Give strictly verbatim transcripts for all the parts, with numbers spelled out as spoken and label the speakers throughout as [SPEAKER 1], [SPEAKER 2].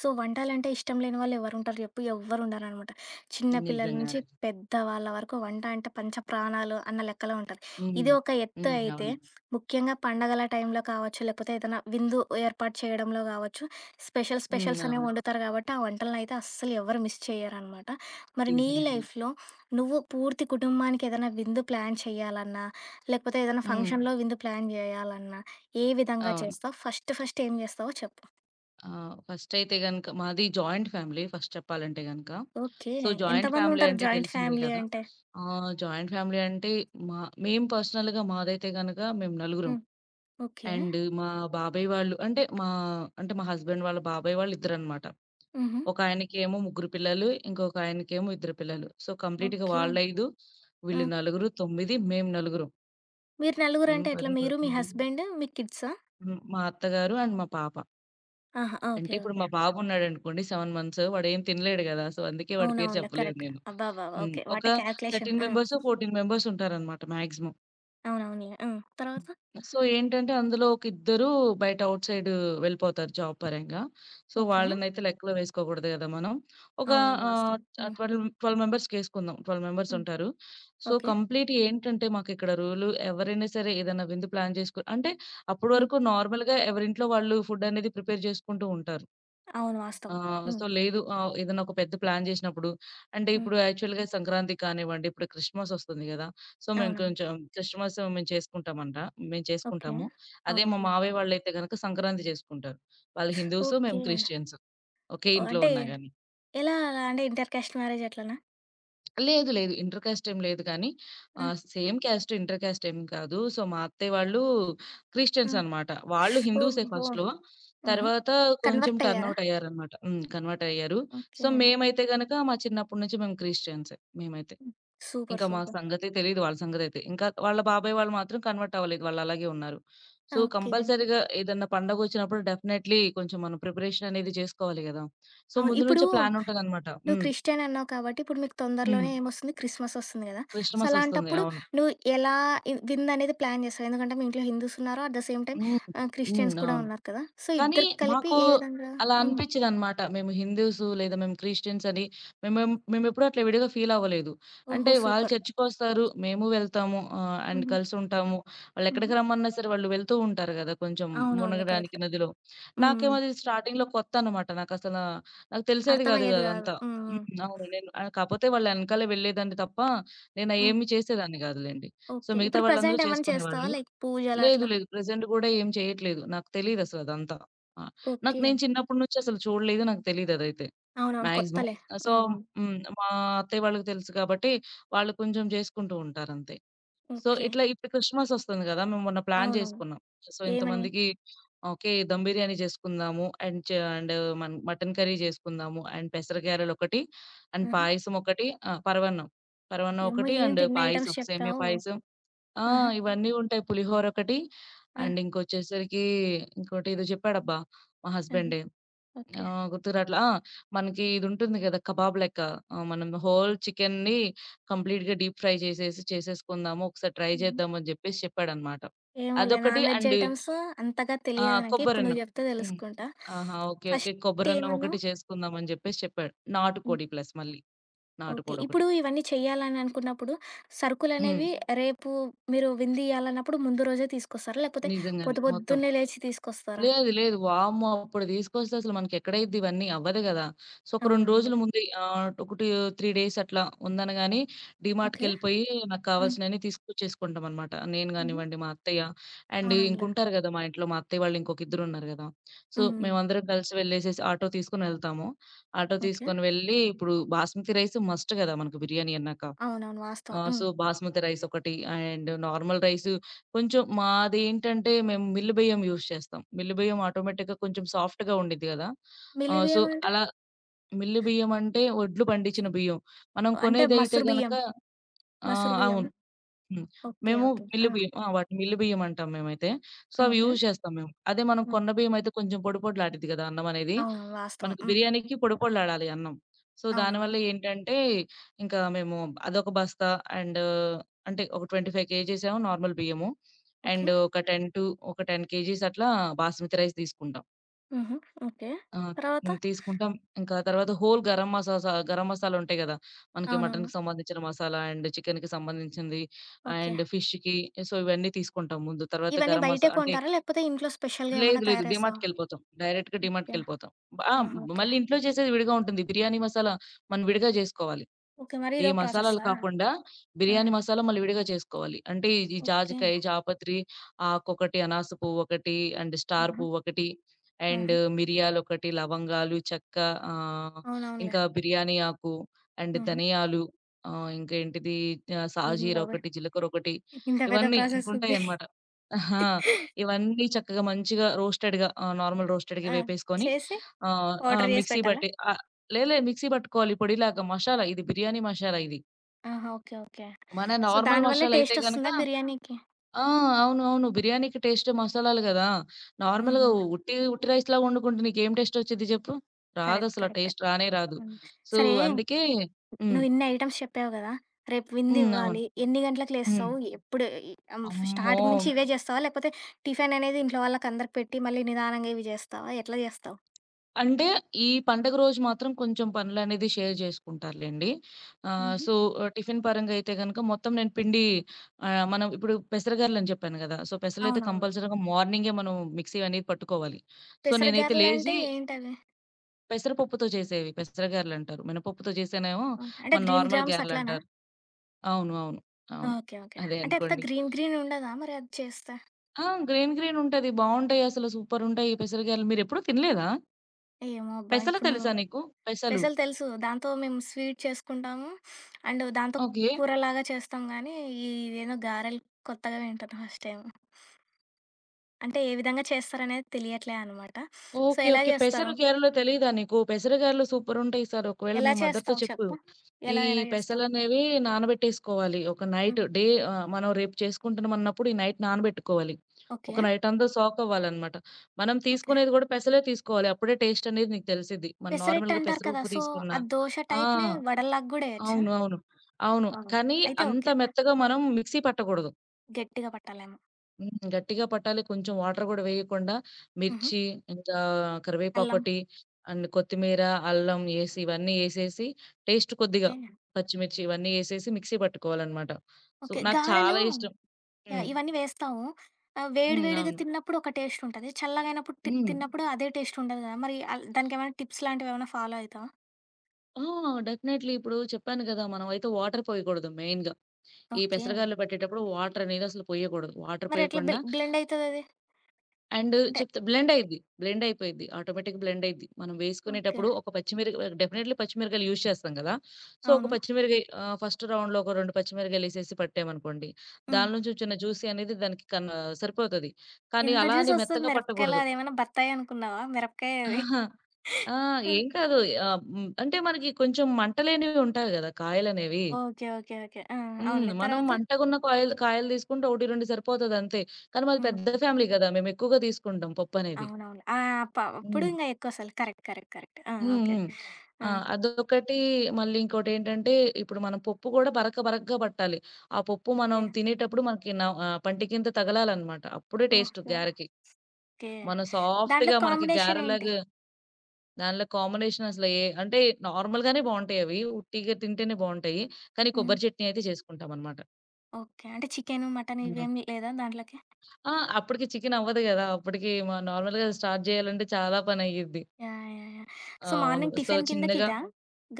[SPEAKER 1] So, వంటలంటే ఇష్టం లేని వాళ్ళు ఎవరుంటారు చెప్పు? ఎవ్వరుండరనమాట. చిన్న పిల్లల నుంచి
[SPEAKER 2] నిజంగానే.
[SPEAKER 1] పెద్ద వాళ్ళ వరకు వంట అంటే పంచప్రాణాలు అన్న లెక్కలో ఉంటారు. ఇది
[SPEAKER 2] హ్మ్.
[SPEAKER 1] ఒక ఎత్తు
[SPEAKER 2] హ్మ్.
[SPEAKER 1] అయితే,
[SPEAKER 2] అవును.
[SPEAKER 1] ముఖ్యంగా పండగల టైంలో కావచ్చు, లేకపోతే ఏదైనా విందు ఏర్పాటు చేయడంలో గావచ్చు, స్పెషల్
[SPEAKER 2] హ్మ్.
[SPEAKER 1] స్పెషల్స్ అనేవి
[SPEAKER 2] అవును.
[SPEAKER 1] వండుతారు గాబట్టి, ఆ వంటలనైతే అస్సలు ఎవరు మిస్ చెయ్యరనమాట. మరి నీ
[SPEAKER 2] నిజంగానే.
[SPEAKER 1] లైఫ్‌లో నువ్వు పూర్తి కుటుంబానికి ఏదైనా విందు ప్లాన్ చెయ్యాలన్నా, లేకపోతే ఏదైనా
[SPEAKER 2] హ్మ్.
[SPEAKER 1] ఫంక్షన్‌లో విందు ప్లాన్ జేయాలన్నా, ఏ విధంగా
[SPEAKER 2] అవును.
[SPEAKER 1] చేస్తావు? ఫస్ట్ ఫస్ట్ ఏం జేస్తావో చెప్పు?
[SPEAKER 2] ఆహ్, ఫస్ట్ అయితే గనక మాది జాయింట్ ఫ్యామిలీ ఫస్ట్ చెప్పాలంటే గనక.
[SPEAKER 1] ఓకే.
[SPEAKER 2] సో, జాయింట్ ఫ్యామిలీ
[SPEAKER 1] ఎంతమందుంటారు
[SPEAKER 2] అంటే
[SPEAKER 1] జాయింట్
[SPEAKER 2] తెలిసిందే
[SPEAKER 1] ఫ్యామిలీ
[SPEAKER 2] కదా!
[SPEAKER 1] అంటే?
[SPEAKER 2] ఆహ్, జాయింట్ ఫ్యామిలీ అంటే మా మేము పర్సనల్‌గా మాదైతే గనక మేము నలుగురం.
[SPEAKER 1] హ్మ్. ఓకే.
[SPEAKER 2] అండ్ మా బాబాయ్ వాళ్ళు అంటే మా అంటే మా హస్బెండ్ వాళ్ళ బాబాయ్ వాళ్ళు ఇద్దరనమాట.
[SPEAKER 1] హుహు.
[SPEAKER 2] ఒకాయనకేమో ముగ్గురు పిల్లలు. ఇంకొక ఆయనకేమో ఇద్దరు పిల్లలు. సో, కంప్లీట్‌గా
[SPEAKER 1] ఓకే.
[SPEAKER 2] వాళ్ళు ఐదుగురు,
[SPEAKER 1] ఆ!
[SPEAKER 2] వీళ్ళు నలుగురు తొమ్మిది, మేము నలుగురం.
[SPEAKER 1] మీరు
[SPEAKER 2] తొమ్మిది,
[SPEAKER 1] నలుగురంటే ఎట్లా
[SPEAKER 2] పది,
[SPEAKER 1] మీరు, మీ
[SPEAKER 2] పదకొండు.
[SPEAKER 1] హస్బెండ్, మీ కిడ్సా?
[SPEAKER 2] హ్మ్. మా అత్తగారు అండ్ మా పాప.
[SPEAKER 1] ఆహా!
[SPEAKER 2] అంటే
[SPEAKER 1] ఓకే.
[SPEAKER 2] ఇప్పుడు
[SPEAKER 1] ఓకే.
[SPEAKER 2] మా బాబున్నాడనుకోండి, ఏడు మంత్స్ వాడేం తినలేడు గదా! సో, అందుకే వాడి పేరు
[SPEAKER 1] అవునవునులే.
[SPEAKER 2] చెప్పలేదు
[SPEAKER 1] కరెక్ట్.
[SPEAKER 2] నేను.
[SPEAKER 1] అబ్బబ్బబ్బా!
[SPEAKER 2] హ్మ్.
[SPEAKER 1] ఓకే.
[SPEAKER 2] ఒక
[SPEAKER 1] వాట్ ఎ కాలిక్యులేషన్.
[SPEAKER 2] పదమూడు
[SPEAKER 1] హ్మ్.
[SPEAKER 2] మెంబర్సో, పద్నాలుగు మెంబర్స్ ఉంటారనమాట మాక్సిమం.
[SPEAKER 1] అవునవునులే. హ్మ్. తర్వాత?
[SPEAKER 2] సో, ఏంటంటే అందులో ఒక ఇద్దరు బయట ఔట్ సైడ్ వెళ్ళిపోతారు జాబ్ పరంగా. So,
[SPEAKER 1] okay.
[SPEAKER 2] వాళ్ళనైతే లెక్కలో వేసుకోకూడదు గదా మనం. ఒక
[SPEAKER 1] అవునవును.
[SPEAKER 2] ఆహ్,
[SPEAKER 1] వాస్తవం.
[SPEAKER 2] చ
[SPEAKER 1] హ్మ్.
[SPEAKER 2] పన్నెండు, పన్నెండు మెంబర్స్‌కేసుకుందాం. పన్నెండు మెంబర్స్
[SPEAKER 1] హ్మ్.
[SPEAKER 2] ఉంటారు. So,
[SPEAKER 1] okay.
[SPEAKER 2] కంప్లీట్ ఏంటంటే మాకిక్కడ రూలు ఎవరైనా సరే ఏదైనా విందు ప్లాన్ చేసుకో అంటే అప్పటి
[SPEAKER 1] హ్మ్.
[SPEAKER 2] వరకు నార్మల్‌గా ఎవరింట్లో వాళ్ళు ఫుడ్ అనేది ప్రిపేర్ చేసుకుంటూ ఉంటారు.
[SPEAKER 1] అవును.
[SPEAKER 2] ఆ!
[SPEAKER 1] వాస్తవం. హ్మ్.
[SPEAKER 2] సో, లేదు, ఆహ్, ఏదైనా ఒక పెద్ద ప్లాన్ జేసినప్పుడు అంటే
[SPEAKER 1] హ్మ్.
[SPEAKER 2] ఇప్పుడు యాక్చువల్‌గా సంక్రాంతికి కానివ్వండి, ఇప్పుడు క్రిస్మస్ ఒస్తుంది గదా! సో, మేము
[SPEAKER 1] అవునవును.
[SPEAKER 2] కొంచెం క్రిస్మస్ మేము చేసుకుంటామంట. మేము
[SPEAKER 1] ఓకే.
[SPEAKER 2] చేసుకుంటాము. అదే మా
[SPEAKER 1] అవునవునులే.
[SPEAKER 2] మావయ్య వాళ్ళైతే గనక సంక్రాంతి జేసుకుంటారు. వాళ్ళు హిందువుసు, మేము
[SPEAKER 1] ఓకే.
[SPEAKER 2] క్రిస్టియన్స్, ఒకే
[SPEAKER 1] ఓహ్!
[SPEAKER 2] ఇంట్లో
[SPEAKER 1] అంటే
[SPEAKER 2] ఉన్నా గాని.
[SPEAKER 1] ఎలా అలా? అంటే ఇంటర్ కాస్ట్ మ్యారేజ్ అట్లనా?
[SPEAKER 2] లేదు, లేదు, ఇంటర్ కాస్ట్ ఏం లేదు కానీ
[SPEAKER 1] ఆ!
[SPEAKER 2] ఆహ్, సేమ్ కాస్ట్, ఇంటర్ కాస్ట్ ఏం కాదు. సో, మా అత్తయ్య వాళ్ళు
[SPEAKER 1] ఆ!
[SPEAKER 2] క్రిస్టియన్స్ అన్నమాట. వాళ్ళు హిందూసే
[SPEAKER 1] ఓహో!
[SPEAKER 2] ఫస్ట్‌లో.
[SPEAKER 1] హుహు.
[SPEAKER 2] తర్వాత కొంచెం
[SPEAKER 1] కన్వర్ట్ అయ్యారా?
[SPEAKER 2] టర్నౌట్ అయ్యారన్నమాట. హ్మ్. కన్వర్ట్ అయ్యారు. So,
[SPEAKER 1] okay.
[SPEAKER 2] మేమైతే గనక మా చిన్నప్పటి నుంచి మేము క్రిస్టియన్సే మేమైతే.
[SPEAKER 1] హ్మ్. సూపర్.
[SPEAKER 2] ఇంకా మా
[SPEAKER 1] సూపర్.
[SPEAKER 2] సంగతే తెలీదు వాళ్ళ సంగతైతే. ఇంకా వాళ్ళ బాబాయ్ వాళ్ళు మాత్రం కన్వర్ట్ అవ్వలేదు. వాళ్ళు అలాగే ఉన్నారు. So,
[SPEAKER 1] okay.
[SPEAKER 2] కంపల్సరీగా ఏదన్నా పండగొచ్చినప్పుడు డెఫినైట్‌లీ కొంచెం మనం ప్రిపరేషన్ అనేది చేసుకోవాలి గదా! సో,
[SPEAKER 1] అవును.
[SPEAKER 2] ముందు
[SPEAKER 1] ఇప్పుడు
[SPEAKER 2] నుంచే ప్లాన్ ఉంటదన్నమాట.
[SPEAKER 1] నువ్వు
[SPEAKER 2] హ్మ్.
[SPEAKER 1] క్రిస్టియన్ అన్నావు కాబట్టి, ఇప్పుడు మీకు
[SPEAKER 2] హ్మ్.
[SPEAKER 1] తొందరలోనే ఏమొస్తుంది, క్రిస్మస్ ఒస్తుంది గదా! సో,
[SPEAKER 2] క్రిస్టమస్ ఒస్తుంది.
[SPEAKER 1] అలాంటప్పుడు
[SPEAKER 2] అవును.
[SPEAKER 1] నువ్వు ఎలా ఇ విందనేది ప్లాన్ జేస్తావు? ఎందుకంటే, మీ ఇంట్లో హిందూస్ ఉన్నారు. అట్ ద సేమ్ టైమ్
[SPEAKER 2] హ్మ్.
[SPEAKER 1] ఆహ్,
[SPEAKER 2] హ్మ్.
[SPEAKER 1] క్రిస్టియన్స్ కూడా
[SPEAKER 2] అవును.
[SPEAKER 1] ఉన్నారు కదా! సో,
[SPEAKER 2] కానీ
[SPEAKER 1] ఇద్దరికి కలిపి
[SPEAKER 2] మాకు
[SPEAKER 1] ఏ విధంగా?
[SPEAKER 2] అలా
[SPEAKER 1] హ్మ్.
[SPEAKER 2] అనిపిచ్చదనమాట. మేము హిందూసు లేదా మేము క్రిస్టియన్స్ అని మేమేం మేమెప్పుడూ అట్లా విడిగా ఫీల్ అవ్వలేదు. అంటే
[SPEAKER 1] ఓహో!
[SPEAKER 2] వాళ్ళు
[SPEAKER 1] సూపర్.
[SPEAKER 2] చర్చికొస్తారు. మేము వెళ్తాము, ఆహ్, అండ్
[SPEAKER 1] హుహు.
[SPEAKER 2] కలిసుంటాము.
[SPEAKER 1] హుహు.
[SPEAKER 2] వాళ్ళెక్కడికి రమ్మన్నా సరే వాళ్ళు వెళ్తూ ఉంటారు గదా, కొంచెం
[SPEAKER 1] అవునవునులే.
[SPEAKER 2] మునగడానికి
[SPEAKER 1] కరెక్ట్.
[SPEAKER 2] నదిలో.
[SPEAKER 1] హ్మ్.
[SPEAKER 2] నాకేమో
[SPEAKER 1] హ్మ్.
[SPEAKER 2] అది స్టార్టింగ్‌లో కొత్తనమాట. నాకసలా నాకు తెలిసేది గాదు
[SPEAKER 1] అర్థమయ్యేది గాదు.
[SPEAKER 2] అదంతా.
[SPEAKER 1] హ్మ్.
[SPEAKER 2] హ్మ్.
[SPEAKER 1] హ్మ్.
[SPEAKER 2] అవును. నేను ఆహ్, కాపోతే వాళ్ళ ఎనకాలే వెళ్ళేదాన్ని తప్ప, నేనా
[SPEAKER 1] హ్మ్.
[SPEAKER 2] ఏమి చేసేదాన్ని గాదులెండి. So,
[SPEAKER 1] okay.
[SPEAKER 2] మిగతా
[SPEAKER 1] ఇప్పుడు
[SPEAKER 2] వాళ్ళందరూ
[SPEAKER 1] ప్రెజెంట్ ఏమన్నా చేస్తావా?
[SPEAKER 2] చేసుకునేవాళ్ళు.
[SPEAKER 1] లైక్ పూజలు
[SPEAKER 2] లేదు,
[SPEAKER 1] అట్లా?
[SPEAKER 2] లేదు. ప్రెజెంట్ గూడా ఏం చేయట్లేదు. నాకు తెలీదసలు అదంతా. ఆ! నాకు,
[SPEAKER 1] ఓకే.
[SPEAKER 2] నేను చిన్నప్పటి నుంచి అసలు చూడలేదు. నాకు తెలీదదైతే.
[SPEAKER 1] అవునవును.
[SPEAKER 2] మాక్సిమం.
[SPEAKER 1] కొత్తలే.
[SPEAKER 2] సో,
[SPEAKER 1] హ్మ్. హ్మ్.
[SPEAKER 2] హ్మ్. మా అత్తయ్య వాళ్ళకి తెలుసు కాబట్టి, వాళ్ళు కొంచెం జేసుకుంటూ ఉంటారంతే. So,
[SPEAKER 1] okay.
[SPEAKER 2] ఇట్లా ఇప్పుడు క్రిస్మస్ ఒస్తుంది గదా! మేము మొన్న ప్లాన్
[SPEAKER 1] అవునవును.
[SPEAKER 2] జేసుకున్నాం. సో,
[SPEAKER 1] ఏమని?
[SPEAKER 2] ఇంతమందికి ఓకే, దమ్ బిర్యానీ చేసుకుందాము. అండ్ చ అండ్ మన్ మటన్ కర్రీ చేసుకుందాము. అండ్ పెసర గారెలొకటి, అండ్
[SPEAKER 1] ఆహా!
[SPEAKER 2] పాయసం ఒకటి, ఆ, పరవన్నం. పరవన్నం
[SPEAKER 1] యమ్మో!
[SPEAKER 2] ఒకటి అండ్
[SPEAKER 1] ఏంటి ఇన్ని ఐటెమ్స్
[SPEAKER 2] పాయసం, సేమియా
[SPEAKER 1] చెప్పావు?
[SPEAKER 2] పాయసం. ఆ!
[SPEAKER 1] ఆహా! హ్మ్.
[SPEAKER 2] ఇవన్నీ ఉంటాయి. పులిహోరొకటి
[SPEAKER 1] ఆ!
[SPEAKER 2] అండ్ ఇంకొచ్చేసరికి ఇంకోటి ఏదో చెప్పాడబ్బా! మా
[SPEAKER 1] ఆహా!
[SPEAKER 2] హస్బెండే.
[SPEAKER 1] ఓకే.
[SPEAKER 2] ఆహ్, గుర్తుకు రాట్లా. ఆ! మనకి ఇదుంటుంది గదా, కబాబ్ లెక్క. ఆహ్, మనం హోల్ చికెన్‌ని కంప్లీట్‌గా డీప్ ఫ్రై చేసేసి చేసేసుకుందాము. ఒకసారి ట్రై
[SPEAKER 1] హ్మ్.
[SPEAKER 2] చేద్దాం అని జెప్పేసి చెప్పాడనమాట.
[SPEAKER 1] ఏమోలే,
[SPEAKER 2] అదొకటి
[SPEAKER 1] నాన్ వెజ్
[SPEAKER 2] అండ్
[SPEAKER 1] ఐటెమ్స్ అంతగా
[SPEAKER 2] ఆ,
[SPEAKER 1] తెలియదు నాకు. ఇప్పుడు నువ్వు
[SPEAKER 2] కొబ్బరన్నం.
[SPEAKER 1] చెప్తే
[SPEAKER 2] హ్మ్.
[SPEAKER 1] తెలుసుకుంటా.
[SPEAKER 2] ఆహా! Okay, okay.
[SPEAKER 1] ఫస్ట్
[SPEAKER 2] కొబ్బరన్నం
[SPEAKER 1] ఏమన్నావు?
[SPEAKER 2] ఒకటి చేసుకుందాం అని జెప్పేసి చెప్పాడు.
[SPEAKER 1] హ్మ్.
[SPEAKER 2] నాటుకోడి ప్లస్ మళ్ళీ
[SPEAKER 1] ఓకే.
[SPEAKER 2] నాటుకోడొకటి.
[SPEAKER 1] ఇప్పుడు ఇవన్నీ చేయాలని అనుకున్నప్పుడు
[SPEAKER 2] హ్మ్.
[SPEAKER 1] సరుకులనేవి రేపు మీరు విందియ్యాలన్నప్పుడు ముందు రోజే తీసుకొస్తారా? లేకపోతే
[SPEAKER 2] నిజంగానే
[SPEAKER 1] పొద్దు
[SPEAKER 2] మొత్తం.
[SPEAKER 1] పొద్దున్నే లేచి తీసుకొస్తారా?
[SPEAKER 2] లేదు, లేదు, వామ్మో! అప్పుడు తీసుకొస్తే అసలు మనకెక్కడైద్ది, ఇవన్నీ అవ్వదు గదా! సో, ఒక రెండు
[SPEAKER 1] అవునవునులే.
[SPEAKER 2] రోజుల ముందే, ఆహ్, ఒక టూ మూడు డేస్ అట్లా ఉందనగానే
[SPEAKER 1] ఓకే.
[SPEAKER 2] డీమార్ట్‌కెళ్ళిపోయి నాకు
[SPEAKER 1] హ్మ్.
[SPEAKER 2] కావాల్సినయన్ని తీసుకొచ్చేసుకుంటామనమాట. నేను
[SPEAKER 1] హుహు.
[SPEAKER 2] గానివ్వండి, మా అత్తయ్య, అండ్
[SPEAKER 1] అవునవునులే.
[SPEAKER 2] ఇంకుంటారు గదా! మా ఇంట్లో మా అత్తయ్య వాళ్ళు ఇంకొక ఇద్దరున్నారు గదా! సో,
[SPEAKER 1] హ్మ్. హ్మ్.
[SPEAKER 2] మేమందరం కలిసి వెళ్ళేసేసి ఆటో తీసుకొని వెళ్తాము. Auto
[SPEAKER 1] okay.
[SPEAKER 2] తీసుకొని వెళ్ళి ఇప్పుడు బాస్మతి రైస్ మస్ట్ గదా మనకు, బిర్యానీ అన్నాక.
[SPEAKER 1] అవునవును.
[SPEAKER 2] ఆ!
[SPEAKER 1] వాస్తవం.
[SPEAKER 2] సో,
[SPEAKER 1] హ్మ్.
[SPEAKER 2] బాస్మతి రైస్ ఒకటి అండ్ నార్మల్ రైసు, కొంచెం మాదేంటంటే మేము మిల్లు బియ్యం యూజ్ చేస్తాం. మిల్లు బియ్యం ఆటోమేటిక్‌గా కొంచెం సాఫ్ట్‌గా ఉండిద్ది గదా! ఆహ్, సో,
[SPEAKER 1] మిలిబియ్యం అంటే?
[SPEAKER 2] అలా మిల్లు బియ్యం అంటే ఒడ్లు పండించిన బియ్యం. మనం
[SPEAKER 1] అంటే
[SPEAKER 2] కొనేదైతే
[SPEAKER 1] మసూరు
[SPEAKER 2] గనక
[SPEAKER 1] బియ్యం.
[SPEAKER 2] ఆ,
[SPEAKER 1] మసూరు
[SPEAKER 2] అవును.
[SPEAKER 1] బియ్యమా?
[SPEAKER 2] హ్మ్.
[SPEAKER 1] ఓకే.
[SPEAKER 2] మేము
[SPEAKER 1] ఓకే.
[SPEAKER 2] మిల్లు
[SPEAKER 1] ఆ!
[SPEAKER 2] బియ్యం, ఆ, వాటిని మిల్లు బియ్యం అంటాం మేమైతే. సో, అవి
[SPEAKER 1] ఓకే.
[SPEAKER 2] యూజ్ చేస్తాం మేము. అదే మనం
[SPEAKER 1] హ్మ్.
[SPEAKER 2] కొన్న బియ్యం అయితే కొంచెం పొడి పొడిలాడిద్ది కదా అన్నం అనేది.
[SPEAKER 1] అవునవును. వాస్తవం.
[SPEAKER 2] మనకు
[SPEAKER 1] హ్మ్.
[SPEAKER 2] బిర్యానీకి పొడి పొడిలాడాలి అన్నం. సో, దానివల్ల
[SPEAKER 1] అవునవును.
[SPEAKER 2] ఏంటంటే ఇంకా మేము అదొక బస్తా అండ్ అంటే ఒక ఇరవై ఐదు కేజీస్ ఏమో నార్మల్ బియ్యము.
[SPEAKER 1] ఓకే.
[SPEAKER 2] అండ్ ఒక పది టు ఒక పది కేజీస్ అట్లా బాస్మతి రైస్ తీసుకుంటాం.
[SPEAKER 1] హుహు. ఓకే.
[SPEAKER 2] ఆ!
[SPEAKER 1] తర్వాత?
[SPEAKER 2] హ్మ్. తీసుకుంటాం. ఇంకా తర్వాత హోల్ గరం మసా సా గరం మసాలాలుంటాయి గదా! మనకి
[SPEAKER 1] అవునవును.
[SPEAKER 2] మటన్‌కి సంబంధించిన మసాలా అండ్ చికెన్‌కి సంబంధించింది
[SPEAKER 1] ఓకే.
[SPEAKER 2] అండ్ ఫిష్‌కి. సో, ఇవన్నీ తీసుకుంటాం ముందు. తర్వాత
[SPEAKER 1] ఇవన్నీ
[SPEAKER 2] గరం
[SPEAKER 1] బయటే
[SPEAKER 2] మసా అంటే
[SPEAKER 1] కొంటారా? లేకపోతే ఇంట్లో స్పెషల్‌గా
[SPEAKER 2] లేదు,
[SPEAKER 1] ఏమన్నా
[SPEAKER 2] లేదు,
[SPEAKER 1] తయారు చేస్తావా?
[SPEAKER 2] డీమార్ట్‌కెళ్ళిపోతాం. డైరెక్ట్‌గా
[SPEAKER 1] ఓకే.
[SPEAKER 2] డీమార్ట్‌కెళ్ళిపోతాం. బ ఆ!
[SPEAKER 1] ఆహా! ఓకే.
[SPEAKER 2] మళ్ళీ ఇంట్లో చేసేది విడిగా ఉంటుంది. బిర్యానీ మసాలా మనం విడిగా జేసుకోవాలి.
[SPEAKER 1] ఓకే. మరి
[SPEAKER 2] ఏ
[SPEAKER 1] ఇదో
[SPEAKER 2] మసాలాలు
[SPEAKER 1] ప్రాసెస్సా?
[SPEAKER 2] కాకుండా
[SPEAKER 1] ఆహా!
[SPEAKER 2] బిర్యానీ మసాలా మళ్ళీ విడిగా చేసుకోవాలి. అంటే ఈ ఈ
[SPEAKER 1] ఓకే.
[SPEAKER 2] జాజికాయ, జాపత్రి ఆకొకటి, అనాస పువ్వొకటి అండ్ స్టార్
[SPEAKER 1] ఆహా!
[SPEAKER 2] పువ్వొకటి, అండ్
[SPEAKER 1] ఆహా!
[SPEAKER 2] మిరియాలొకటి, లవంగాలు, చెక్క, ఆహ్,
[SPEAKER 1] అవునవునులే.
[SPEAKER 2] ఇంకా బిర్యానీ ఆకు అండ్
[SPEAKER 1] హుహు.
[SPEAKER 2] ధనియాలు, ఆహ్, ఇంకేంటిది ఆహ్,
[SPEAKER 1] ఏంది
[SPEAKER 2] సాజీర
[SPEAKER 1] బాబోయ్!
[SPEAKER 2] ఒకటి, జీలకర్ర ఒకటి,
[SPEAKER 1] ఇంత పెద్ద
[SPEAKER 2] ఇవన్నీ
[SPEAKER 1] ప్రాసెస్ ఉంది.
[SPEAKER 2] ఇంకుంటాయన్నమాట. ఆహా! ఇవన్నీ చక్కగా మంచిగా రోస్టెడ్‌గా, ఆహ్, నార్మల్ రోస్టెడ్‌గా
[SPEAKER 1] ఆ!
[SPEAKER 2] వేపేసుకొని,
[SPEAKER 1] చేసి
[SPEAKER 2] ఆహ్, ఆ!
[SPEAKER 1] ఆర్డర్ చేసి
[SPEAKER 2] మిక్సీ
[SPEAKER 1] పెట్టాలా?
[SPEAKER 2] బట్టి. లేదు, లేదు, మిక్సీ పట్టుకోవాలి పొడిలాగా మషాలా. ఇది బిర్యానీ మషాలా ఇది.
[SPEAKER 1] ఆహా! ఓకే. ఓకే.
[SPEAKER 2] మన
[SPEAKER 1] సో,
[SPEAKER 2] నార్మల్
[SPEAKER 1] దానివల్లే
[SPEAKER 2] మషాలా అయితే
[SPEAKER 1] టేస్ట్
[SPEAKER 2] గనక
[SPEAKER 1] వస్తుందా బిర్యానీకి?
[SPEAKER 2] ఆ! అవును, అవును. బిర్యానీకి టేస్ట్ మసాలాలు గదా! నార్మల్‌గా
[SPEAKER 1] హుహు.
[SPEAKER 2] ఉట్టి, ఉట్టి రైస్‌లాగా వండుకుంటే నీకేం టేస్ట్ వచ్చిద్ది జెప్పు?
[SPEAKER 1] కరెక్ట్.
[SPEAKER 2] రాదసల,
[SPEAKER 1] కరెక్టే.
[SPEAKER 2] టేస్ట్ రానే రాదు.
[SPEAKER 1] హ్మ్.
[SPEAKER 2] సో,
[SPEAKER 1] సరే
[SPEAKER 2] అందుకే హ్మ్.
[SPEAKER 1] నువ్వు ఇన్ని ఐటెమ్స్ చెప్పావు కదా! రేపు
[SPEAKER 2] హ్మ్. అవును.
[SPEAKER 1] విందివ్వాలి. ఎన్ని గంటలకు
[SPEAKER 2] హ్మ్.
[SPEAKER 1] లేస్తావు? ఎప్పుడు ఈ హ్మ్,
[SPEAKER 2] అమ్మో!
[SPEAKER 1] స్టార్టింగ్ నుంచి ఇవే చేస్తావా? లేకపోతే టిఫిన్ అనేది ఇంట్లో వాళ్ళకందరికి పెట్టి మళ్ళీ నిదానంగా ఇవి చేస్తావా? ఎట్లా చేస్తావు?
[SPEAKER 2] అంటే, ఈ పండగ రోజు మాత్రం కొంచెం పనులనేది షేర్ జేసుకుంటారులెండి. ఆహ్,
[SPEAKER 1] హుహు.
[SPEAKER 2] సో, ఆహ్, టిఫిన్ పరంగా అయితే గనక మొత్తం నేను పిండి, ఆహ్, మనం ఇప్పుడు పెసరగారలని జెప్పాను గదా! సో, పెసలయితే
[SPEAKER 1] అవునవును.
[SPEAKER 2] కంపల్సరీగా మార్నింగే మనం మిక్సీ అనేది పట్టుకోవాలి. సో, నేనైతే
[SPEAKER 1] పెసరగారలంటే
[SPEAKER 2] లేసి
[SPEAKER 1] ఏంటవి?
[SPEAKER 2] పెసరపప్పుతో చేసేవి పెసరగారలంటారు. మినపప్పుతో చేసేనేమో
[SPEAKER 1] ఓకే. అంటే
[SPEAKER 2] మన
[SPEAKER 1] గ్రీన్
[SPEAKER 2] నార్మల్
[SPEAKER 1] గ్రామ్స్ అట్లానా?
[SPEAKER 2] గారలంటారు. అవును, అవును, అవును.
[SPEAKER 1] ఓకే. ఓకే.
[SPEAKER 2] అదే
[SPEAKER 1] అంటే అంత
[SPEAKER 2] అనుకోండి.
[SPEAKER 1] గ్రీన్ గ్రీన్ ఉండదా మరి అది చేస్తే?
[SPEAKER 2] ఆ! గ్రీన్ గ్రీన్ ఉంటది. బావుంటాయసలు, సూపరుంటాయి ఈ పెసరగారలు. మీరెప్పుడూ తినలేదా?
[SPEAKER 1] ఏమో అబ్బా!
[SPEAKER 2] పెసలు
[SPEAKER 1] ఇప్పుడు నువ్వు
[SPEAKER 2] తెలుసా నీకు? పెసలు.
[SPEAKER 1] పెసలు తెలుసు. దాంతో మేము స్వీట్ చేసుకుంటాము. అండ్ దాంతో
[SPEAKER 2] ఓకే,
[SPEAKER 1] కూరలాగా చేస్తాం గానీ, ఇదేదో గారెలు కొత్తగా వింటున్నా ఫస్ట్ టైమ్. అంటే ఏ విధంగా చేస్తారనేది తెలియట్లే అనమాట. సో,
[SPEAKER 2] ఓకే,
[SPEAKER 1] ఎలా
[SPEAKER 2] ఓకే.
[SPEAKER 1] జేస్తారు?
[SPEAKER 2] పెసలు, గారెలు తెలీదా నీకు? పెసలు, గారెలు సూపరుంటాయి, ఈసారి ఒకవేళ
[SPEAKER 1] ఎలా
[SPEAKER 2] మీ మదర్‌తో
[SPEAKER 1] చేస్తావు
[SPEAKER 2] చెప్పు.
[SPEAKER 1] చెప్పు?
[SPEAKER 2] ఈ
[SPEAKER 1] ఎలా ఎలా జేస్తావు?
[SPEAKER 2] పెసలనేవి నానబెట్టేసుకోవాలి. ఒక నైట్
[SPEAKER 1] హ్మ్.
[SPEAKER 2] డే, ఆహ్, మనం రేపు చేసుకుంటున్నామన్నప్పుడు ఈ నైట్ నానబెట్టుకోవాలి.
[SPEAKER 1] ఓకే.
[SPEAKER 2] ఒక నైట్ అంతా సాక్ అవ్వాలనమాట. మనం
[SPEAKER 1] ఓకే.
[SPEAKER 2] తీసుకునేది గూడా పెసలే తీసుకోవాలి. అప్పుడే టేస్ట్ అనేది నీకు తెలిసిద్ది. మనం
[SPEAKER 1] పెసరట్టు
[SPEAKER 2] నార్మల్‌గా
[SPEAKER 1] అంటారు కదా!
[SPEAKER 2] పెసరపప్పు
[SPEAKER 1] సో,
[SPEAKER 2] తీసుకున్నా
[SPEAKER 1] ఆ దోస
[SPEAKER 2] ఆ!
[SPEAKER 1] టైప్‌నే వడల్లాగా గూడా ఎయొచ్చా?
[SPEAKER 2] అవును, అవును, అవును.
[SPEAKER 1] అవును.
[SPEAKER 2] కానీ
[SPEAKER 1] అయితే
[SPEAKER 2] అంత
[SPEAKER 1] ఓకే.
[SPEAKER 2] మెత్తగా మనం మిక్సీ పట్టకూడదు.
[SPEAKER 1] గట్టిగా పట్టాలేమో.
[SPEAKER 2] హ్మ్. గట్టిగా పట్టాలి. కొంచెం వాటర్ గూడా వేయకుండా
[SPEAKER 1] హుహు.
[SPEAKER 2] మిర్చి, ఇంకా
[SPEAKER 1] అల్లం.
[SPEAKER 2] కరివేపాకొటి అండ్ కొత్తిమీర, అల్లం ఏసి ఇవన్నీ ఏసేసి టేస్ట్ కొద్దిగా
[SPEAKER 1] ఓకే.
[SPEAKER 2] పచ్చిమిర్చి ఇవన్నీ ఏసేసి మిక్సీ పట్టుకోవాలనమాట. So,
[SPEAKER 1] okay.
[SPEAKER 2] నాకు
[SPEAKER 1] గారెలు
[SPEAKER 2] చాలా ఇష్టం.
[SPEAKER 1] యాహ్!
[SPEAKER 2] హ్మ్.
[SPEAKER 1] ఇవన్నీ వేస్తావు. ఆహ్, వేడి
[SPEAKER 2] హ్మ్.
[SPEAKER 1] వేడిగా
[SPEAKER 2] అవును.
[SPEAKER 1] తిన్నప్పుడు ఒక టేస్ట్ ఉంటది. చల్లగయినప్పుడు తి
[SPEAKER 2] హ్మ్.
[SPEAKER 1] తిన్నప్పుడు అదే టేస్ట్ ఉండదు గదా! మరి ఆల్ దానికేమైనా టిప్స్ లాంటివేమైనా ఫాలో అయితావా?
[SPEAKER 2] ఆ! డెఫినైట్‌లీ. ఇప్పుడు చెప్పాను గదా! మనమైతే వాటర్ పోయకూడదు మెయిన్‌గా. ఈ
[SPEAKER 1] ఓకే.
[SPEAKER 2] పెసరగాలిలో పెట్టేటప్పుడు వాటర్ అనేది అసలు పోయకూడదు. వాటర్
[SPEAKER 1] మరెట్లా బె
[SPEAKER 2] పోయకుండా
[SPEAKER 1] బ్లెండ్ అయితదది?
[SPEAKER 2] అండ్
[SPEAKER 1] అంటే
[SPEAKER 2] చెప్తా, బ్లెండ్ అయిద్ది. బ్లెండ్ అయిపోయిద్ది. ఆటోమేటిక్‌గా బ్లెండ్ అయిద్ది. మనం
[SPEAKER 1] ఓకే.
[SPEAKER 2] వేసుకునేటప్పుడు ఒక పచ్చిమిరక డెఫినైట్‌లీ పచ్చిమిరకాయలు యూజ్ చేస్తాం కదా! సో, ఒక
[SPEAKER 1] అవును.
[SPEAKER 2] పచ్చిమిరకాయ, ఆహ్, ఫస్ట్ రౌండ్‌లో ఒక రెండు పచ్చిమిరకాయలు ఎసేసి పట్టామనుకోండి.
[SPEAKER 1] హ్మ్.
[SPEAKER 2] దాని నుంచి వచ్చిన జ్యూసీ అనేది దానికి కన్ సరిపోతది. కానీ
[SPEAKER 1] కింద
[SPEAKER 2] అలా
[SPEAKER 1] జ్యూస్
[SPEAKER 2] అని
[SPEAKER 1] వస్తది.
[SPEAKER 2] మెత్తగా
[SPEAKER 1] మిరపకాయలో
[SPEAKER 2] పట్టకూడదు.
[SPEAKER 1] అదేమన్నా బత్తాయి అనుకున్నావా? మిరపకాయ అది.
[SPEAKER 2] ఆహా! ఆ! ఏం కాదు. ఆహ్, హ్మ్. అంటే మనకి కొంచెం మంటలేనివి ఉంటాయి కదా కాయలనేవి.
[SPEAKER 1] ఓకే. ఓకే. ఓకే. ఆ!
[SPEAKER 2] హ్మ్.
[SPEAKER 1] అవునులే.
[SPEAKER 2] మనం
[SPEAKER 1] తర్వాత?
[SPEAKER 2] మంటగున్న కాయలు కాయలు తీసుకుంటే ఒకటి, రెండు సరిపోతదంతే. కానీ మాది
[SPEAKER 1] హుహు.
[SPEAKER 2] పెద్ద ఫ్యామిలీ కదా! మేము ఎక్కువగా తీసుకుంటాం పప్పనేది.
[SPEAKER 1] అవునవును. ఆ! ప అప్పుడు
[SPEAKER 2] హ్మ్.
[SPEAKER 1] ఇంగ ఎక్కువ అసలు. కరెక్ట్. కరెక్ట్. కరెక్ట్. ఆ!
[SPEAKER 2] హ్మ్.
[SPEAKER 1] ఓకే.
[SPEAKER 2] హ్మ్.
[SPEAKER 1] ఆ!
[SPEAKER 2] ఆ! అదొకటి. మళ్ళీ ఇంకోటేంటంటే, ఇప్పుడు మనం పప్పు గూడా బరక బరకగా పట్టాలి. ఆ పప్పు మనం
[SPEAKER 1] ఓకే.
[SPEAKER 2] తినేటప్పుడు మనకి న ఆహ్, పంటి కింద తగలాలనమాట. అప్పుడే టేస్ట్
[SPEAKER 1] ఓకే.
[SPEAKER 2] గారెకి.
[SPEAKER 1] ఓకే.
[SPEAKER 2] మనం
[SPEAKER 1] దాంట్లో
[SPEAKER 2] సాఫ్ట్‌గా మనకి
[SPEAKER 1] కాంబినేషన్ ఏంటి?
[SPEAKER 2] గారెలాగా దానిలో కాంబినేషన్ అసలు ఏ అంటే నార్మల్‌గానే బావుంటాయవి. ఉట్టిగా తింటేనే బావుంటాయి. కానీ
[SPEAKER 1] హ్మ్.
[SPEAKER 2] కొబ్బరి చట్నీ అయితే చేసుకుంటామనమాట.
[SPEAKER 1] ఓకే. అంటే చికెను, మటను
[SPEAKER 2] హ్మ్.
[SPEAKER 1] ఇవేమి లేదా దాంట్లోకి?
[SPEAKER 2] ఆ! అప్పటికి చికెనవ్వదు గదా! అప్పటికి మ నార్మల్‌గా స్టార్ట్ జేయాలంటే చాలా పనయ్యిద్ది.
[SPEAKER 1] యాహ్! యాహ్! యాహ్!
[SPEAKER 2] ఆ!
[SPEAKER 1] సో,
[SPEAKER 2] అవును.
[SPEAKER 1] మార్నింగ్
[SPEAKER 2] సో,
[SPEAKER 1] టిఫిన్ కిందకి
[SPEAKER 2] చిన్నగా
[SPEAKER 1] ఇదా?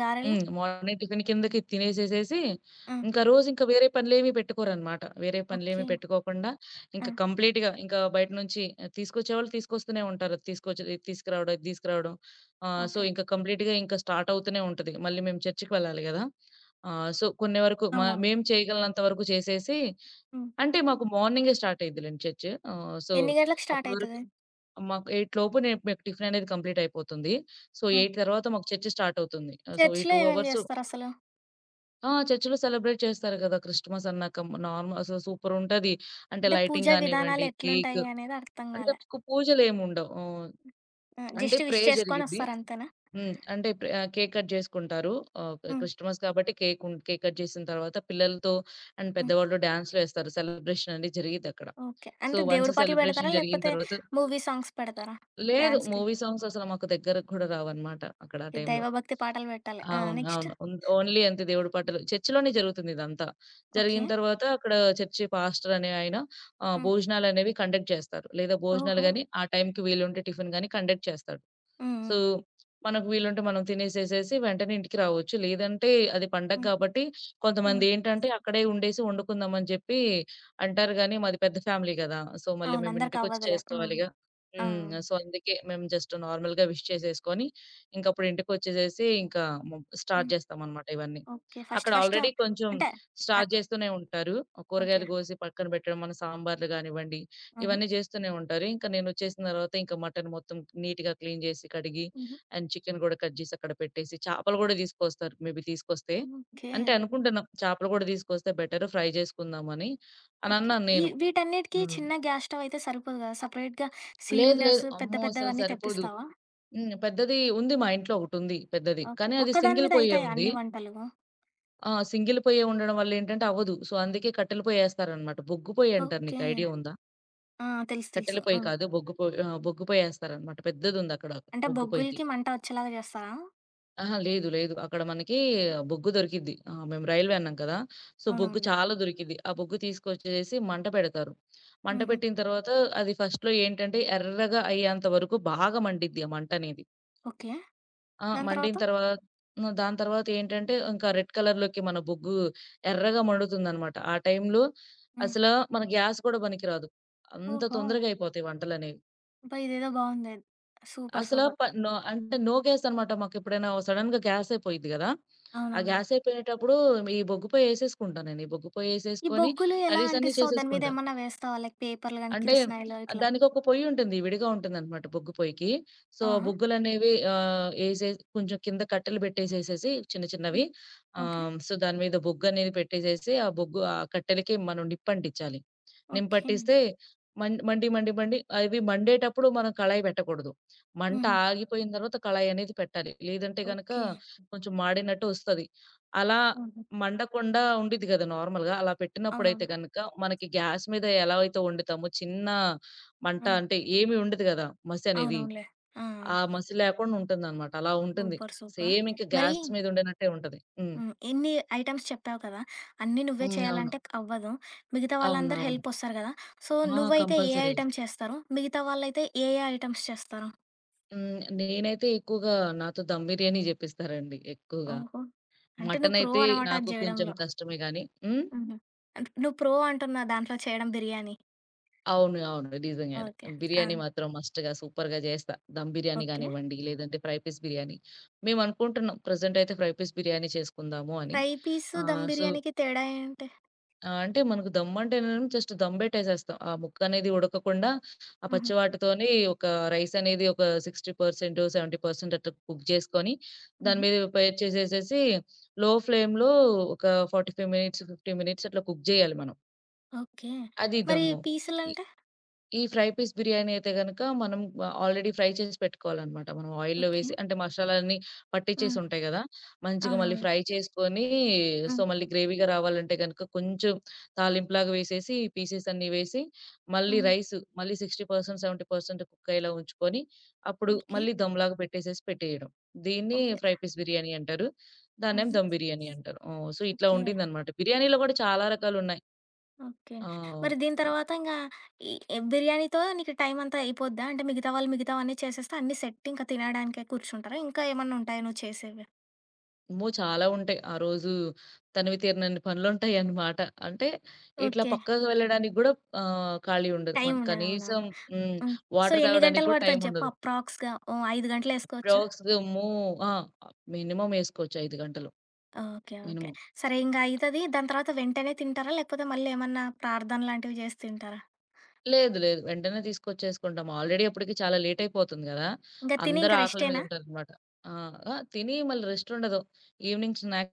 [SPEAKER 1] గారెలు?
[SPEAKER 2] హ్మ్. మార్నింగ్ టిఫిన్ కిందకి తినేసేసేసి,
[SPEAKER 1] ఆ!
[SPEAKER 2] ఇంకా రోజు ఇంకా వేరే పనులేమి పెట్టుకోరనమాట. వేరే పనులేమి
[SPEAKER 1] ఓకే.
[SPEAKER 2] పెట్టుకోకుండా,
[SPEAKER 1] ఆ!
[SPEAKER 2] ఇంకా కంప్లీట్‌గా ఇంకా బయట నుంచి ఆహ్, తీసుకొచ్చేవాళ్ళు తీసుకొస్తూనే ఉంటారు. తీసుకొచ్చేది ఇది తీసుకురావడం, ఇది తీసుకురావడం. ఆహ్, సో,
[SPEAKER 1] ఓకే.
[SPEAKER 2] ఇంకా కంప్లీట్‌గా ఇంకా స్టార్ట్ అవుతూనే ఉంటది. మళ్ళీ మేము చర్చికి వెళ్ళాలి గదా! ఆహ్, సో, కొన్ని వరకు మ
[SPEAKER 1] అవునవును.
[SPEAKER 2] మేము చేయగలనంత వరకు చేసేసి,
[SPEAKER 1] హ్మ్.
[SPEAKER 2] అంటే మాకు మార్నింగే స్టార్ట్ అయ్యిద్దిలెండి చర్చ్. ఆహ్, సో,
[SPEAKER 1] ఎన్ని గంటలకు స్టార్ట్
[SPEAKER 2] అప్పటి వరకు
[SPEAKER 1] అయితది?
[SPEAKER 2] మాకు ఎనిమిది లోపు నే మాకు టిఫిన్ అనేది కంప్లీట్ అయిపోతుంది. సో,
[SPEAKER 1] ఆ!
[SPEAKER 2] ఎనిమిది తర్వాత మాకు చర్చ్ స్టార్ట్ అవుతుంది. ఆహ్, సో, ఈ
[SPEAKER 1] చర్చ్‌లో
[SPEAKER 2] రెండు
[SPEAKER 1] ఏమేమి
[SPEAKER 2] అవర్స్.
[SPEAKER 1] చేస్తారసలు?
[SPEAKER 2] ఆ! చర్చ్‌లో సెలబ్రేట్ చేస్తారు గదా! క్రిస్టమస్ అన్నాక నార్మల్ అసలు సూపరుంటది. అంటే
[SPEAKER 1] అంటే
[SPEAKER 2] లైటింగ్
[SPEAKER 1] పూజా విధానాలు
[SPEAKER 2] గానివ్వండి, కేక్,
[SPEAKER 1] ఎట్లుంటాయి అనేది అర్థం
[SPEAKER 2] అంటే
[SPEAKER 1] కాలే.
[SPEAKER 2] మీకు పూజలేముండవు. హ్మ్.
[SPEAKER 1] ఆ!
[SPEAKER 2] అంటే
[SPEAKER 1] జస్ట్ విష్
[SPEAKER 2] ప్రేయర్ జరిగిద్ది.
[SPEAKER 1] చేసుకొనొస్తారు అంతేనా?
[SPEAKER 2] హ్మ్. అంటే ప్రే ఆహ్, కేక్ కట్ జేసుకుంటారు. ఆహ్,
[SPEAKER 1] హ్మ్.
[SPEAKER 2] క్రిస్టమస్ కాబట్టి కేక్ ఉం కేక్ కట్ చేసిన తర్వాత పిల్లలతో అండ్
[SPEAKER 1] హ్మ్.
[SPEAKER 2] పెద్దవాళ్ళు డాన్స్‌లేస్తారు. సెలబ్రేషన్ అనేది జరిగిద్దక్కడ.
[SPEAKER 1] ఓకే.
[SPEAKER 2] సో,
[SPEAKER 1] అంటే
[SPEAKER 2] వన్స్
[SPEAKER 1] దేవుడి పాటలు పెడతారా?
[SPEAKER 2] సెలబ్రేషన్ జరిగిన
[SPEAKER 1] లేకపోతే
[SPEAKER 2] తర్వాత
[SPEAKER 1] మూవీ సాంగ్స్ పెడతారా?
[SPEAKER 2] లేదు.
[SPEAKER 1] డాన్స్‌కి
[SPEAKER 2] మూవీ సాంగ్స్ అసలు మాకు దగ్గరకి కూడా రావన్నమాట అక్కడ ఆ టైంలో.
[SPEAKER 1] దైవభక్తి పాటలు పెట్టాలి. ఆ!
[SPEAKER 2] అవును,
[SPEAKER 1] నెక్స్ట్?
[SPEAKER 2] అవును. ఓన్ ఓన్లీ అంతే దేవుడి పాటలు. చర్చిలోనే జరుగుతుంది ఇదంతా. జరిగిన
[SPEAKER 1] ఓకే.
[SPEAKER 2] తర్వాత అక్కడ చర్చి పాస్టర్ అనే ఆయన, ఆహ్,
[SPEAKER 1] హ్మ్.
[SPEAKER 2] భోజనాలనేవి కండక్ట్ చేస్తారు. లేదా భోజనాలు
[SPEAKER 1] ఓహో!
[SPEAKER 2] గాని, ఆ టైంకి వీలుంటే టిఫిన్ గాని కండక్ట్ చేస్తాడు.
[SPEAKER 1] హ్మ్.
[SPEAKER 2] సో,
[SPEAKER 1] హ్మ్.
[SPEAKER 2] మనకు వీలుంటే మనం తినేసేసేసి వెంటనే ఇంటికి రావచ్చు. లేదంటే అది పండగ
[SPEAKER 1] హ్మ్.
[SPEAKER 2] కాబట్టి
[SPEAKER 1] హ్మ్.
[SPEAKER 2] కొంతమందేంటంటే అక్కడే ఉండేసి వండుకుందాం అని చెప్పి అంటారు గానీ, మాది పెద్ద ఫ్యామిలీ గదా! సో, మళ్ళీ
[SPEAKER 1] అవును.
[SPEAKER 2] మేము
[SPEAKER 1] అందరికి
[SPEAKER 2] ఇంటికొచ్చి
[SPEAKER 1] అవ్వదులే. హ్మ్.
[SPEAKER 2] చేసుకోవాలిగా.
[SPEAKER 1] ఆ!
[SPEAKER 2] హ్మ్. సో, అందుకే మేము జస్ట్ నార్మల్‌గా విష్ చేసేసుకొని, ఇంకప్పుడు ఇంటికొచ్చేసేసి ఇంకా ము స్టార్ట్
[SPEAKER 1] హ్మ్.
[SPEAKER 2] చేస్తామనమాట ఇవన్నీ.
[SPEAKER 1] ఓకే. ఫస్ట్
[SPEAKER 2] అక్కడ
[SPEAKER 1] ఫస్ట్
[SPEAKER 2] ఆల్రెడీ కొంచెం
[SPEAKER 1] అంటే
[SPEAKER 2] స్టార్ట్
[SPEAKER 1] అన్
[SPEAKER 2] చేస్తూనే ఉంటారు.
[SPEAKER 1] ఓకే.
[SPEAKER 2] కూరగాయలు కోసి పక్కన పెట్టడం, మన సాంబార్లు గానివ్వండి,
[SPEAKER 1] ఆహా!
[SPEAKER 2] ఇవన్నీ చేస్తూనే ఉంటారు. ఇంకా నేనొచ్చేసిన తర్వాత ఇంకా మటన్ మొత్తం నీట్‌గా క్లీన్ చేసి, కడిగి,
[SPEAKER 1] హుహు.
[SPEAKER 2] అండ్ చికెన్ గూడా కట్ చేసి అక్కడ పెట్టేసి, చేపలు గూడా తీసుకొస్తారు మేబీ తీసుకొస్తే.
[SPEAKER 1] ఓకే.
[SPEAKER 2] అంటే అనుకుంటున్నాం చేపలు గూడా తీసుకొస్తే బెటర్ ఫ్రై చేసుకుందామని
[SPEAKER 1] ఓకే.
[SPEAKER 2] అనన్నాను
[SPEAKER 1] ఈ
[SPEAKER 2] నేను.
[SPEAKER 1] వీటన్నిటికి
[SPEAKER 2] హ్మ్.
[SPEAKER 1] చిన్న గ్యాస్ స్టవ్ అయితే సరిపోదు కదా! సెపరేట్‌గా
[SPEAKER 2] లేదు, లేదు,
[SPEAKER 1] సిలిండర్స్ పెద్ద
[SPEAKER 2] అమ్మో! అసలు
[SPEAKER 1] పెద్దవన్నీ
[SPEAKER 2] సరిపోదు.
[SPEAKER 1] తెప్పిస్తావా?
[SPEAKER 2] హ్మ్. పెద్దది ఉంది మా ఇంట్లో ఒకటుంది పెద్దది.
[SPEAKER 1] ఓకే.
[SPEAKER 2] కానీ అది
[SPEAKER 1] ఒక్కదాని
[SPEAKER 2] సింగిల్
[SPEAKER 1] మీద
[SPEAKER 2] పొయ్యే
[SPEAKER 1] అయితాయా
[SPEAKER 2] ఉంది.
[SPEAKER 1] అన్ని వంటలు?
[SPEAKER 2] ఆ! సింగిల్ పొయ్యే ఉండడం వల్ల ఏంటంటే అవ్వదు. సో, అందుకే కట్టెల పొయ్యేస్తారనమాట. బొగ్గు పొయ్యంటారు. నీకు
[SPEAKER 1] ఓకే.
[SPEAKER 2] ఐడియా ఉందా?
[SPEAKER 1] ఆ! తెలుసు.
[SPEAKER 2] కట్టెల
[SPEAKER 1] తెలుసు.
[SPEAKER 2] పొయ్యి
[SPEAKER 1] హ్మ్.
[SPEAKER 2] కాదు, బొగ్గు పొయ్యి, ఆహ్, బొగ్గు పొయ్యేస్తారనమాట. పెద్దదుందక్కడ
[SPEAKER 1] అంటే
[SPEAKER 2] బొగ్గు పొయ్యికి.
[SPEAKER 1] బొగ్గులకి మంట వచ్చేలాగా జేస్తారా?
[SPEAKER 2] అహా! లేదు, లేదు, అక్కడ మనకి బొగ్గు దొరికిద్ది. ఆహ్, మేము రైల్వే అన్నాం కదా! సో, బొగ్గు
[SPEAKER 1] అవునవునులే.
[SPEAKER 2] చాలా దొరికిద్ది. ఆ బొగ్గు తీసుకొచ్చేసేసి మంట పెడతారు. మంట
[SPEAKER 1] హుహు.
[SPEAKER 2] పెట్టిన తర్వాత అది ఫస్ట్‌లో ఏంటంటే ఎర్రగా అయ్యేంత వరకు బాగా మండిద్ది ఆ మంటనేది.
[SPEAKER 1] ఓకే.
[SPEAKER 2] ఆ!
[SPEAKER 1] దాని తర్వాత?
[SPEAKER 2] మండిన తర్వా హ్మ్. దాని తర్వాత ఏంటంటే ఇంకా రెడ్ కలర్‌లోకి మన బొగ్గు ఎర్రగా మండుతుందనమాట. ఆ టైంలో
[SPEAKER 1] హ్మ్.
[SPEAKER 2] అసల మన గ్యాస్ కూడా పనికిరాదు. అంత
[SPEAKER 1] ఓహో!
[SPEAKER 2] తొందరగా అయిపోతాయి వంటలనేవి.
[SPEAKER 1] అబ్బా! ఇదేదో బావుందే. సూపర్.
[SPEAKER 2] అసలు
[SPEAKER 1] సూపర్.
[SPEAKER 2] ప నో అంటే నో గ్యాస్ అనమాట. మాకెప్పుడైనా సడెన్‌గా గ్యాస్ అయిపోయిద్ది గదా! ఆ
[SPEAKER 1] అవునవునులే.
[SPEAKER 2] గ్యాస్ అయిపోయినేటప్పుడు ఈ బొగ్గు పొయ్యేసేసుకుంటా నేను. ఈ బొగ్గు
[SPEAKER 1] ఈ
[SPEAKER 2] పొయ్యేసేసుకొని
[SPEAKER 1] బొగ్గులు ఎలా
[SPEAKER 2] కర్రీస్ అన్నీ
[SPEAKER 1] అంటిస్తావు? దాని మీద
[SPEAKER 2] చేసేసుకుంటా.
[SPEAKER 1] ఏమన్నా వేస్తావా? లైక్ పేపర్లు గానీ,
[SPEAKER 2] అంటే
[SPEAKER 1] కిరసనాయిలు ఇట్లా?
[SPEAKER 2] దానికొక పొయ్యి ఉంటుంది. విడిగా ఉంటుందనమాట బొగ్గు పొయ్యికి. సో,
[SPEAKER 1] ఆహా!
[SPEAKER 2] బొగ్గులనేవి ఆహ్, ఏసేసి కొంచెం కింద కట్టెలు పెట్టేసేసేసి చిన్న చిన్నవి.
[SPEAKER 1] హ్మ్. ఓకే.
[SPEAKER 2] ఆహ్, సో, దాని మీద బొగ్గనేది పెట్టేసేసి ఆ బొగ్గు ఆ కట్టెలకి మనం నిప్పంటించాలి.
[SPEAKER 1] ఓకే.
[SPEAKER 2] నింపట్టిస్తే మం మండి, మండి, మండి అవి మండేటప్పుడు మనం కళాయి పెట్టకూడదు. మంట
[SPEAKER 1] హుహు.
[SPEAKER 2] ఆగిపోయిన తర్వాత కళాయనేది పెట్టాలి. లేదంటే గనక
[SPEAKER 1] ఓకే.
[SPEAKER 2] కొంచెం మాడినట్టు ఒస్తది. అలా
[SPEAKER 1] హుహు.
[SPEAKER 2] మండకుండా ఉండిద్ది గదా నార్మల్‌గా. అలా పెట్టినప్పుడైతే
[SPEAKER 1] అవునవును.
[SPEAKER 2] గనక, మనకి గ్యాస్ మీద ఎలా అయితే వండుతామో చిన్న మంట
[SPEAKER 1] హ్మ్.
[SPEAKER 2] అంటే ఏమి ఉండదు గదా, మసి అనేది.
[SPEAKER 1] అవునవునులే. ఆ!
[SPEAKER 2] ఆ మసి లేకుండా ఉంటుందనమాట. అలా ఉంటుంది.
[SPEAKER 1] సూపర్. సూపర్.
[SPEAKER 2] సేమ్ ఇంక
[SPEAKER 1] మరి
[SPEAKER 2] గ్యాస్ మీద వండినట్టే ఉంటది. హ్మ్.
[SPEAKER 1] హ్మ్, ఇన్ని ఐటెమ్స్ చెప్పావు కదా! అన్నీ నువ్వే
[SPEAKER 2] హ్మ్. అవును.
[SPEAKER 1] చేయాలంటే అవ్వదు. మిగతా వాళ్ళందరూ
[SPEAKER 2] అవునవును.
[SPEAKER 1] హెల్ప్ వస్తారు గదా! సో,
[SPEAKER 2] ఆ!
[SPEAKER 1] నువ్వైతే ఏ
[SPEAKER 2] కంపల్సరీగా.
[SPEAKER 1] ఐటెమ్ చేస్తారు? మిగతా వాళ్ళైతే ఏ ఏ ఐటెమ్స్ చేస్తారు?
[SPEAKER 2] హ్మ్. నేనైతే ఎక్కువగా నాతో దమ్ బిర్యానీ జేపిస్తారండి ఎక్కువగా.
[SPEAKER 1] ఓహో! అంటే నువ్వు ప్రో
[SPEAKER 2] మటనైతే
[SPEAKER 1] అనమాట అది
[SPEAKER 2] నాకు కొంచెం
[SPEAKER 1] జేయడంలో.
[SPEAKER 2] కష్టమే గానీ హ్మ్?
[SPEAKER 1] హుహు. అంటే నువ్వు ప్రో అంటున్నావు దాంట్లో చేయడం బిర్యానీ.
[SPEAKER 2] అవును, అవును, నిజంగానే.
[SPEAKER 1] ఓకే. ఆ!
[SPEAKER 2] బిర్యానీ మాత్రం మస్ట్‌గా సూపర్‌గా జేస్తా. దమ్ బిర్యానీ
[SPEAKER 1] ఓకే.
[SPEAKER 2] గానివ్వండి, లేదంటే ఫ్రై పీస్ బిర్యానీ. మేమనుకుంటున్నాం ప్రెజెంట్ అయితే ఫ్రై పీస్ బిర్యానీ చేసుకుందాము అని.
[SPEAKER 1] ఫ్రై పీసు దమ్
[SPEAKER 2] ఆహ్, సో
[SPEAKER 1] బిర్యానీకి తేడా ఏంటి?
[SPEAKER 2] ఆహ్, అంటే మనకు దమ్ అంటేనేమో జస్ట్ దమ్ బెట్టేసేస్తాం. ఆ ముక్కనేది ఉడకకుండా ఆ
[SPEAKER 1] హుహు.
[SPEAKER 2] పచ్చి వాటితోని ఒక రైస్ అనేది ఒక అరవై శాతం, డెబ్బై శాతం అట్లా కుక్ చేసుకొని, దాని
[SPEAKER 1] హుహు.
[SPEAKER 2] మీద పేర్ చేసేసేసి లో ఫ్లేమ్‌లో ఒక నలభై ఐదు మినిట్స్, యాభై మినిట్స్ అట్లా కుక్ జేయాలి మనం.
[SPEAKER 1] ఓకే.
[SPEAKER 2] అది
[SPEAKER 1] మరి
[SPEAKER 2] దమ్ము.
[SPEAKER 1] పీసులంటే?
[SPEAKER 2] ఈ ఫ్రై పీస్ బిర్యానీ అయితే గనక మనం ఆహ్, ఆల్రెడీ ఫ్రై చేసి పెట్టుకోవాలనమాట. మనం ఆయిల్‌లో
[SPEAKER 1] ఓకే.
[SPEAKER 2] వేసి అంటే మసాలాలన్నీ పట్టిచ్చేసి
[SPEAKER 1] హ్మ్.
[SPEAKER 2] ఉంటాయి గదా! మంచిగా మళ్ళీ
[SPEAKER 1] అవునవునులే.
[SPEAKER 2] ఫ్రై చేసుకొని, సో,
[SPEAKER 1] హ్మ్.
[SPEAKER 2] మళ్ళీ గ్రేవీగా రావాలంటే గనక కొంచెం తాలింపులాగా వేసేసి పీసెస్ అన్నీ వేసి, మళ్ళీ
[SPEAKER 1] హ్మ్.
[SPEAKER 2] రైస్ మళ్ళీ అరవై శాతం డెబ్బై శాతం కుక్ అయ్యేలా ఉంచుకొని, అప్పుడు
[SPEAKER 1] ఓకే.
[SPEAKER 2] మళ్ళీ దమ్‌లాగా పెట్టేసేసి పెట్టేయడం. దీన్ని
[SPEAKER 1] ఓకే.
[SPEAKER 2] ఫ్రై పీస్ బిర్యానీ అంటారు. దాన్నేమో
[SPEAKER 1] ఆహా!
[SPEAKER 2] దమ్ బిర్యానీ అంటారు. ఆహ్, సో, ఇట్లా
[SPEAKER 1] ఓకే.
[SPEAKER 2] ఉండిందనమాట. బిర్యానీలో గూడా చాలా రకాలున్నాయి.
[SPEAKER 1] ఓకే.
[SPEAKER 2] ఆ!
[SPEAKER 1] మరి దీని తర్వాత ఇంగా ఈ ఈ బిర్యానీతో నీకు టైమంతా అయిపోద్దా? అంటే మిగతా వాళ్ళు మిగతావన్నీ చేసేస్తే అన్నీ సెట్ ఇంక తినడానికే కూర్చుంటారా? ఇంకా ఏమన్నా ఉంటాయా నువ్వు చేసేవి?
[SPEAKER 2] అమ్మో! చాలా ఉంటాయి. ఆ రోజు తనివి తీరనన్ని పనులుంటాయన్నమాట. అంటే ఇట్లా
[SPEAKER 1] ఓకే.
[SPEAKER 2] పక్కకి వెళ్ళడానికి గూడా ఆహ్, ఖాళీ ఉండదు.
[SPEAKER 1] టైం
[SPEAKER 2] మనకు
[SPEAKER 1] ఉండదు.
[SPEAKER 2] కనీసం
[SPEAKER 1] అవునవును.
[SPEAKER 2] హ్మ్.
[SPEAKER 1] హ్మ్. సో,
[SPEAKER 2] వాటర్
[SPEAKER 1] ఎన్ని
[SPEAKER 2] తాగడానికి
[SPEAKER 1] గంటలు
[SPEAKER 2] గూడా
[SPEAKER 1] పడతది జెప్పు
[SPEAKER 2] టైముండదు.
[SPEAKER 1] అప్రాక్స్‌గా? ఓ ఐదు గంటలేసుకోవచ్చా?
[SPEAKER 2] అప్రాక్స్‌గము ఆ! మినిమమ్ ఏసుకోవచ్చు ఐదు గంటలు
[SPEAKER 1] ఓకే. ఓకే.
[SPEAKER 2] మినిమమ్.
[SPEAKER 1] సరే ఇంగా అయితది. దాని తర్వాత వెంటనే తింటారా? లేకపోతే మళ్ళీ ఏమన్నా ప్రార్థన లాంటివి చేసి తింటారా?
[SPEAKER 2] లేదు, లేదు, వెంటనే తీసుకొచ్చేసుకుంటాం. ఆల్రెడీ అప్పటికి చాలా లేట్ అయిపోతుంది గదా!
[SPEAKER 1] ఇంక తిని
[SPEAKER 2] అందరూ
[SPEAKER 1] ఇంక
[SPEAKER 2] ఆకలి మీద
[SPEAKER 1] రెస్టేనా?
[SPEAKER 2] ఉంటారన్నమాట. ఆ! ఆ! తిని మళ్ళీ రెస్ట్ ఉండదు. ఈవినింగ్ స్నాక్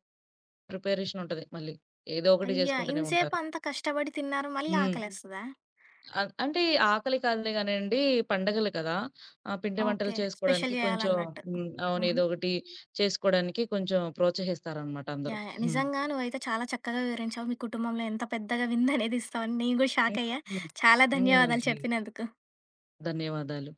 [SPEAKER 2] ప్రిపరేషన్ ఉంటది మళ్ళీ. ఏదో ఒకటి
[SPEAKER 1] అయ్యా!
[SPEAKER 2] జేసుకుంటూనే
[SPEAKER 1] ఇంతసేపు
[SPEAKER 2] ఉంటారు.
[SPEAKER 1] అంత కష్టపడి తిన్నారు. మళ్ళీ
[SPEAKER 2] హ్మ్.
[SPEAKER 1] ఆకలేస్తదా?
[SPEAKER 2] అ అంటే ఆకలి కాదులే గానండి, పండగలు కదా! ఆహ్, పిండి వంటలు
[SPEAKER 1] ఓకే.
[SPEAKER 2] చేసుకోవడానికి
[SPEAKER 1] స్పెషల్
[SPEAKER 2] కొంచెం
[SPEAKER 1] జేయాలన్నట్టు.
[SPEAKER 2] హ్మ్. అవును.
[SPEAKER 1] హుహు.
[SPEAKER 2] ఏదో ఒకటి చేసుకోవడానికి కొంచెం ప్రోత్సహిస్తారనమాట అందరూ.
[SPEAKER 1] యాహ్! యాహ్!
[SPEAKER 2] హ్మ్.
[SPEAKER 1] నిజంగా నువ్వైతే చాలా చక్కగా వివరించావు. మీ కుటుంబంలో ఎంత పెద్దగా విందనేది ఇస్తావని నేను గూడా షాకయ్యా.
[SPEAKER 2] హ్మ్.
[SPEAKER 1] చాలా
[SPEAKER 2] హ్మ్.
[SPEAKER 1] ధన్యవాదాలు
[SPEAKER 2] ఓకే.
[SPEAKER 1] చెప్పినందుకు.
[SPEAKER 2] ధన్యవాదాలు.